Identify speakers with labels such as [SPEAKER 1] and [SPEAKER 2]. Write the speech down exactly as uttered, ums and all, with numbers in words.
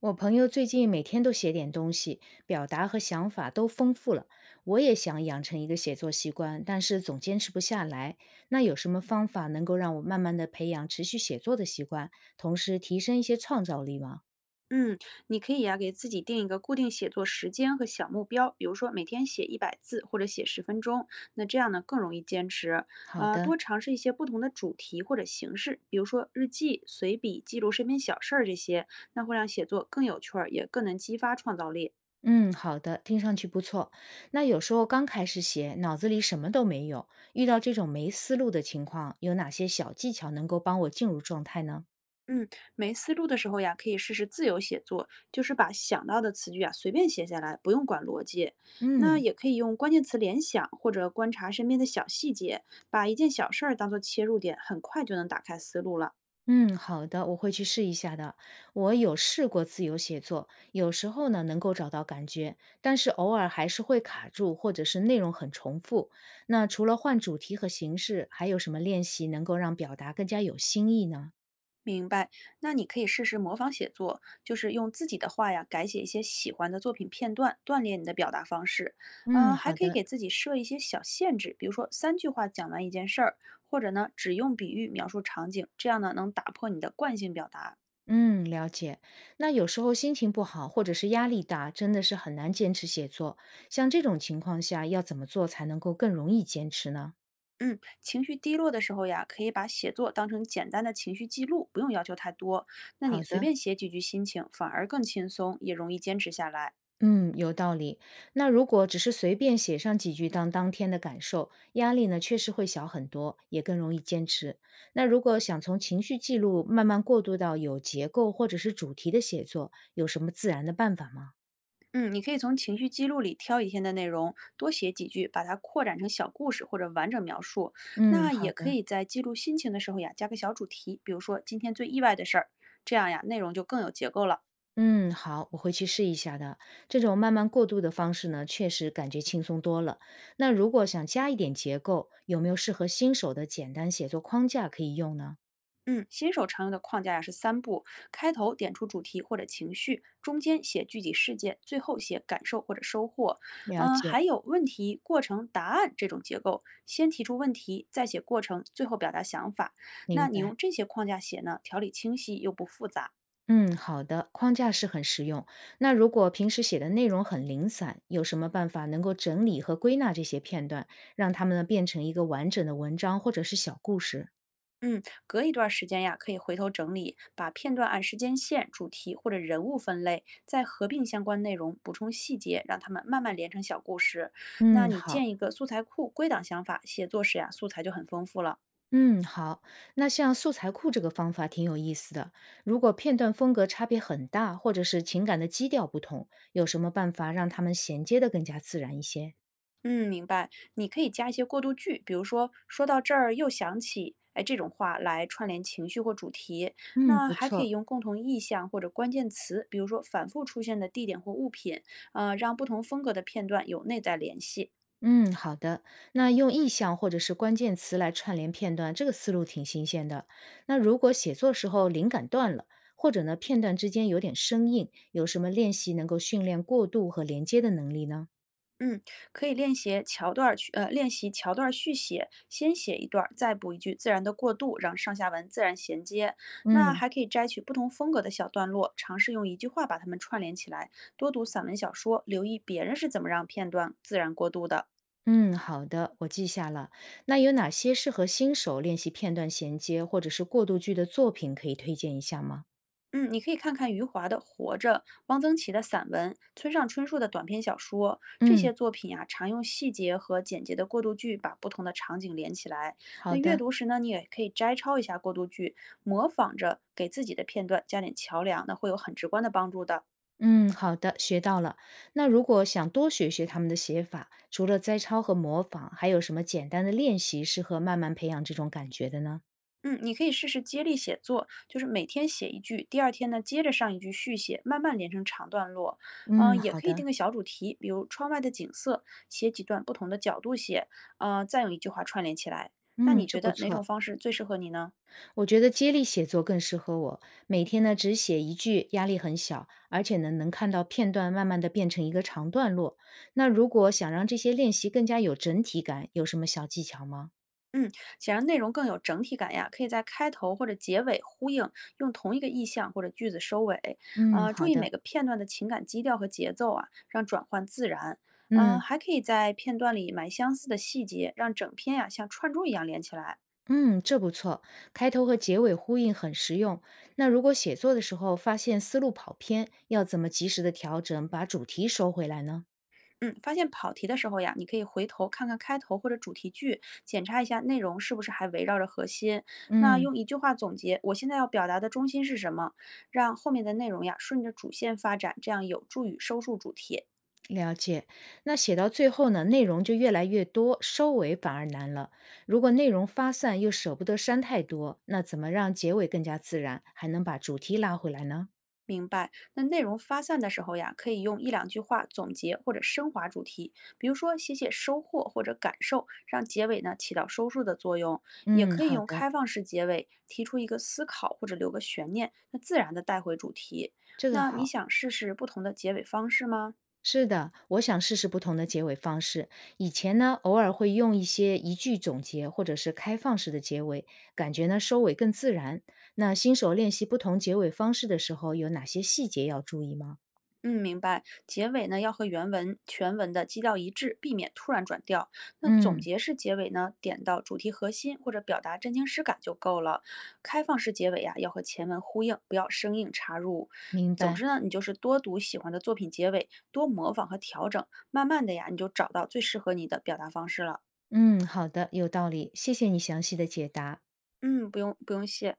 [SPEAKER 1] 我朋友最近每天都写点东西，表达和想法都丰富了。我也想养成一个写作习惯，但是总坚持不下来。那有什么方法能够让我慢慢的培养持续写作的习惯，同时提升一些创造力吗？
[SPEAKER 2] 嗯，你可以呀、给自己定一个固定写作时间和小目标，比如说每天写一百字或者写十分钟，那这样呢更容易坚持。
[SPEAKER 1] 好
[SPEAKER 2] 呃，
[SPEAKER 1] 的。
[SPEAKER 2] 多尝试一些不同的主题或者形式，比如说日记、随笔、记录身边小事儿这些，那会让写作更有趣儿，也更能激发创造力。
[SPEAKER 1] 嗯，好的，听上去不错。那有时候刚开始写，脑子里什么都没有，遇到这种没思路的情况，有哪些小技巧能够帮我进入状态呢？
[SPEAKER 2] 嗯，没思路的时候呀，可以试试自由写作，就是把想到的词句啊随便写下来，不用管逻辑。那
[SPEAKER 1] 嗯。
[SPEAKER 2] 也可以用关键词联想或者观察身边的小细节，把一件小事儿当做切入点，很快就能打开思路了。
[SPEAKER 1] 嗯，好的，我会去试一下的。我有试过自由写作，有时候呢能够找到感觉，但是偶尔还是会卡住，或者是内容很重复。那除了换主题和形式，还有什么练习能够让表达更加有新意呢？
[SPEAKER 2] 明白，那你可以试试模仿写作，就是用自己的话呀改写一些喜欢的作品片段，锻炼你的表达方式。
[SPEAKER 1] 嗯，
[SPEAKER 2] 呃，还
[SPEAKER 1] 好
[SPEAKER 2] 可以
[SPEAKER 1] 的。
[SPEAKER 2] 给自己设一些小限制，比如说三句话讲完一件事儿，或者呢只用比喻描述场景，这样呢能打破你的惯性表达。
[SPEAKER 1] 嗯，了解。那有时候心情不好，或者是压力大，真的是很难坚持写作。像这种情况下，要怎么做才能够更容易坚持呢？
[SPEAKER 2] 嗯，情绪低落的时候呀，可以把写作当成简单的情绪记录，不用要求太多。那你
[SPEAKER 1] 好
[SPEAKER 2] 随
[SPEAKER 1] 的。
[SPEAKER 2] 便写几句心情，反而更轻松，也容易坚持下来。
[SPEAKER 1] 嗯，有道理。那如果只是随便写上几句当当天的感受，压力呢确实会小很多，也更容易坚持。那如果想从情绪记录慢慢过渡到有结构或者是主题的写作，有什么自然的办法吗？
[SPEAKER 2] 嗯，你可以从情绪记录里挑一天的内容，多写几句，把它扩展成小故事或者完整描述。
[SPEAKER 1] 嗯，
[SPEAKER 2] 那
[SPEAKER 1] 好
[SPEAKER 2] 也可
[SPEAKER 1] 的。
[SPEAKER 2] 以在记录心情的时候呀，加个小主题，比如说今天最意外的事儿，这样呀，内容就更有结构了。
[SPEAKER 1] 嗯，好，我会去试一下的。这种慢慢过渡的方式呢，确实感觉轻松多了。那如果想加一点结构，有没有适合新手的简单写作框架可以用呢？
[SPEAKER 2] 嗯，新手常用的框架呀是三步：开头点出主题或者情绪，中间写具体事件，最后写感受或者收获。
[SPEAKER 1] 了
[SPEAKER 2] 嗯，
[SPEAKER 1] 解。
[SPEAKER 2] 还有问题、过程、答案这种结构，先提出问题，再写过程，最后表达想法。
[SPEAKER 1] 明
[SPEAKER 2] 那你用
[SPEAKER 1] 白。
[SPEAKER 2] 这些框架写呢，条理清晰又不复杂。
[SPEAKER 1] 嗯，好的，框架是很实用。那如果平时写的内容很零散，有什么办法能够整理和归纳这些片段，让它们呢变成一个完整的文章或者是小故事？
[SPEAKER 2] 嗯，隔一段时间呀，可以回头整理，把片段按时间线、主题或者人物分类，再合并相关内容，补充细节，让它们慢慢连成小故事。那
[SPEAKER 1] 嗯，
[SPEAKER 2] 你建
[SPEAKER 1] 好。
[SPEAKER 2] 一个素材库，归档想法，写作时呀，素材就很丰富了。
[SPEAKER 1] 嗯，好。那像素材库这个方法挺有意思的。如果片段风格差别很大，或者是情感的基调不同，有什么办法让它们衔接的更加自然一些？
[SPEAKER 2] 嗯，明白。你可以加一些过渡句，比如说说到这儿又想起，哎，这种话来串联情绪或主题。
[SPEAKER 1] 嗯，
[SPEAKER 2] 那
[SPEAKER 1] 不
[SPEAKER 2] 还可以
[SPEAKER 1] 错。
[SPEAKER 2] 用共同意象或者关键词，比如说反复出现的地点或物品，呃，让不同风格的片段有内在联系。
[SPEAKER 1] 嗯，好的。那用意象或者是关键词来串联片段，这个思路挺新鲜的。那如果写作时候灵感断了，或者呢片段之间有点生硬，有什么练习能够训练过渡和连接的能力呢？
[SPEAKER 2] 嗯，可以练习桥段儿去，呃，练习桥段儿续写，先写一段儿，再补一句，自然的过渡，让上下文自然衔接。那
[SPEAKER 1] 嗯。
[SPEAKER 2] 还可以摘取不同风格的小段落，尝试用一句话把它们串联起来。多读散文小说，留意别人是怎么让片段自然过渡的。
[SPEAKER 1] 嗯，好的，我记下了。那有哪些适合新手练习片段衔接或者是过渡句的作品可以推荐一下吗？
[SPEAKER 2] 嗯，你可以看看余华的《活着》，汪曾祺的散文，村上春树的短篇小说，这些
[SPEAKER 1] 嗯，
[SPEAKER 2] 作品啊，常用细节和简洁的过渡句把不同的场景连起来。那
[SPEAKER 1] 好
[SPEAKER 2] 阅
[SPEAKER 1] 的。
[SPEAKER 2] 读时呢，你也可以摘抄一下过渡句，模仿着给自己的片段加点桥梁，那会有很直观的帮助的。
[SPEAKER 1] 嗯，好的，学到了。那如果想多学学他们的写法，除了摘抄和模仿，还有什么简单的练习适合慢慢培养这种感觉的呢？
[SPEAKER 2] 嗯，你可以试试接力写作，就是每天写一句，第二天呢接着上一句续写，慢慢连成长段落。
[SPEAKER 1] 嗯，
[SPEAKER 2] 嗯、也
[SPEAKER 1] 好
[SPEAKER 2] 可以定
[SPEAKER 1] 的。
[SPEAKER 2] 个小主题，比如窗外的景色，写几段不同的角度写，呃，再用一句话串联起来。那你
[SPEAKER 1] 嗯，这
[SPEAKER 2] 觉
[SPEAKER 1] 不
[SPEAKER 2] 得哪种
[SPEAKER 1] 错。
[SPEAKER 2] 方式最适合你呢？
[SPEAKER 1] 我觉得接力写作更适合我。每天呢，只写一句，压力很小，而且呢，能看到片段慢慢的变成一个长段落。那如果想让这些练习更加有整体感，有什么小技巧吗？
[SPEAKER 2] 嗯，想让内容更有整体感呀，可以在开头或者结尾呼应，用同一个意象或者句子收尾。
[SPEAKER 1] 嗯，
[SPEAKER 2] 呃，注
[SPEAKER 1] 好
[SPEAKER 2] 意每
[SPEAKER 1] 的。
[SPEAKER 2] 个片段的情感基调和节奏啊，让转换自然。嗯、
[SPEAKER 1] 嗯。
[SPEAKER 2] 还可以在片段里埋相似的细节，让整篇呀像串珠一样连起来。
[SPEAKER 1] 嗯，这不错，开头和结尾呼应很实用。那如果写作的时候发现思路跑偏，要怎么及时的调整，把主题收回来呢？
[SPEAKER 2] 嗯，发现跑题的时候呀，你可以回头看看开头或者主题句，检查一下内容是不是还围绕着核心。那
[SPEAKER 1] 嗯，
[SPEAKER 2] 用一句话总结我现在要表达的中心是什么，让后面的内容呀顺着主线发展，这样有助于收束主题。
[SPEAKER 1] 了解。那写到最后呢，内容就越来越多，收尾反而难了。如果内容发散又舍不得删太多，那怎么让结尾更加自然，还能把主题拉回来呢？
[SPEAKER 2] 明白。那内容发散的时候呀，可以用一两句话总结或者升华主题，比如说写写收获或者感受，让结尾呢起到收束的作用。也
[SPEAKER 1] 嗯，
[SPEAKER 2] 可以
[SPEAKER 1] 好
[SPEAKER 2] 用开
[SPEAKER 1] 的，
[SPEAKER 2] 放式结尾，提出一个思考或者留个悬念，那自然的带回主题。
[SPEAKER 1] 这个
[SPEAKER 2] 那你
[SPEAKER 1] 好。
[SPEAKER 2] 想试试不同的结尾方式吗？
[SPEAKER 1] 是的，我想试试不同的结尾方式。以前呢，偶尔会用一些一句总结或者是开放式的结尾，感觉呢收尾更自然。那新手练习不同结尾方式的时候，有哪些细节要注意吗？
[SPEAKER 2] 嗯，明白。结尾呢要和原文全文的基调一致，避免突然转调。那总
[SPEAKER 1] 嗯，
[SPEAKER 2] 结式结尾呢，点到主题核心或者表达真情实感就够了。开放式结尾呀、要和前文呼应，不要生硬插入。
[SPEAKER 1] 明
[SPEAKER 2] 总
[SPEAKER 1] 白。
[SPEAKER 2] 之呢，你就是多读喜欢的作品结尾，多模仿和调整，慢慢的呀，你就找到最适合你的表达方式了。
[SPEAKER 1] 嗯，好的，有道理。谢谢你详细的解答。
[SPEAKER 2] 嗯，不用不用谢。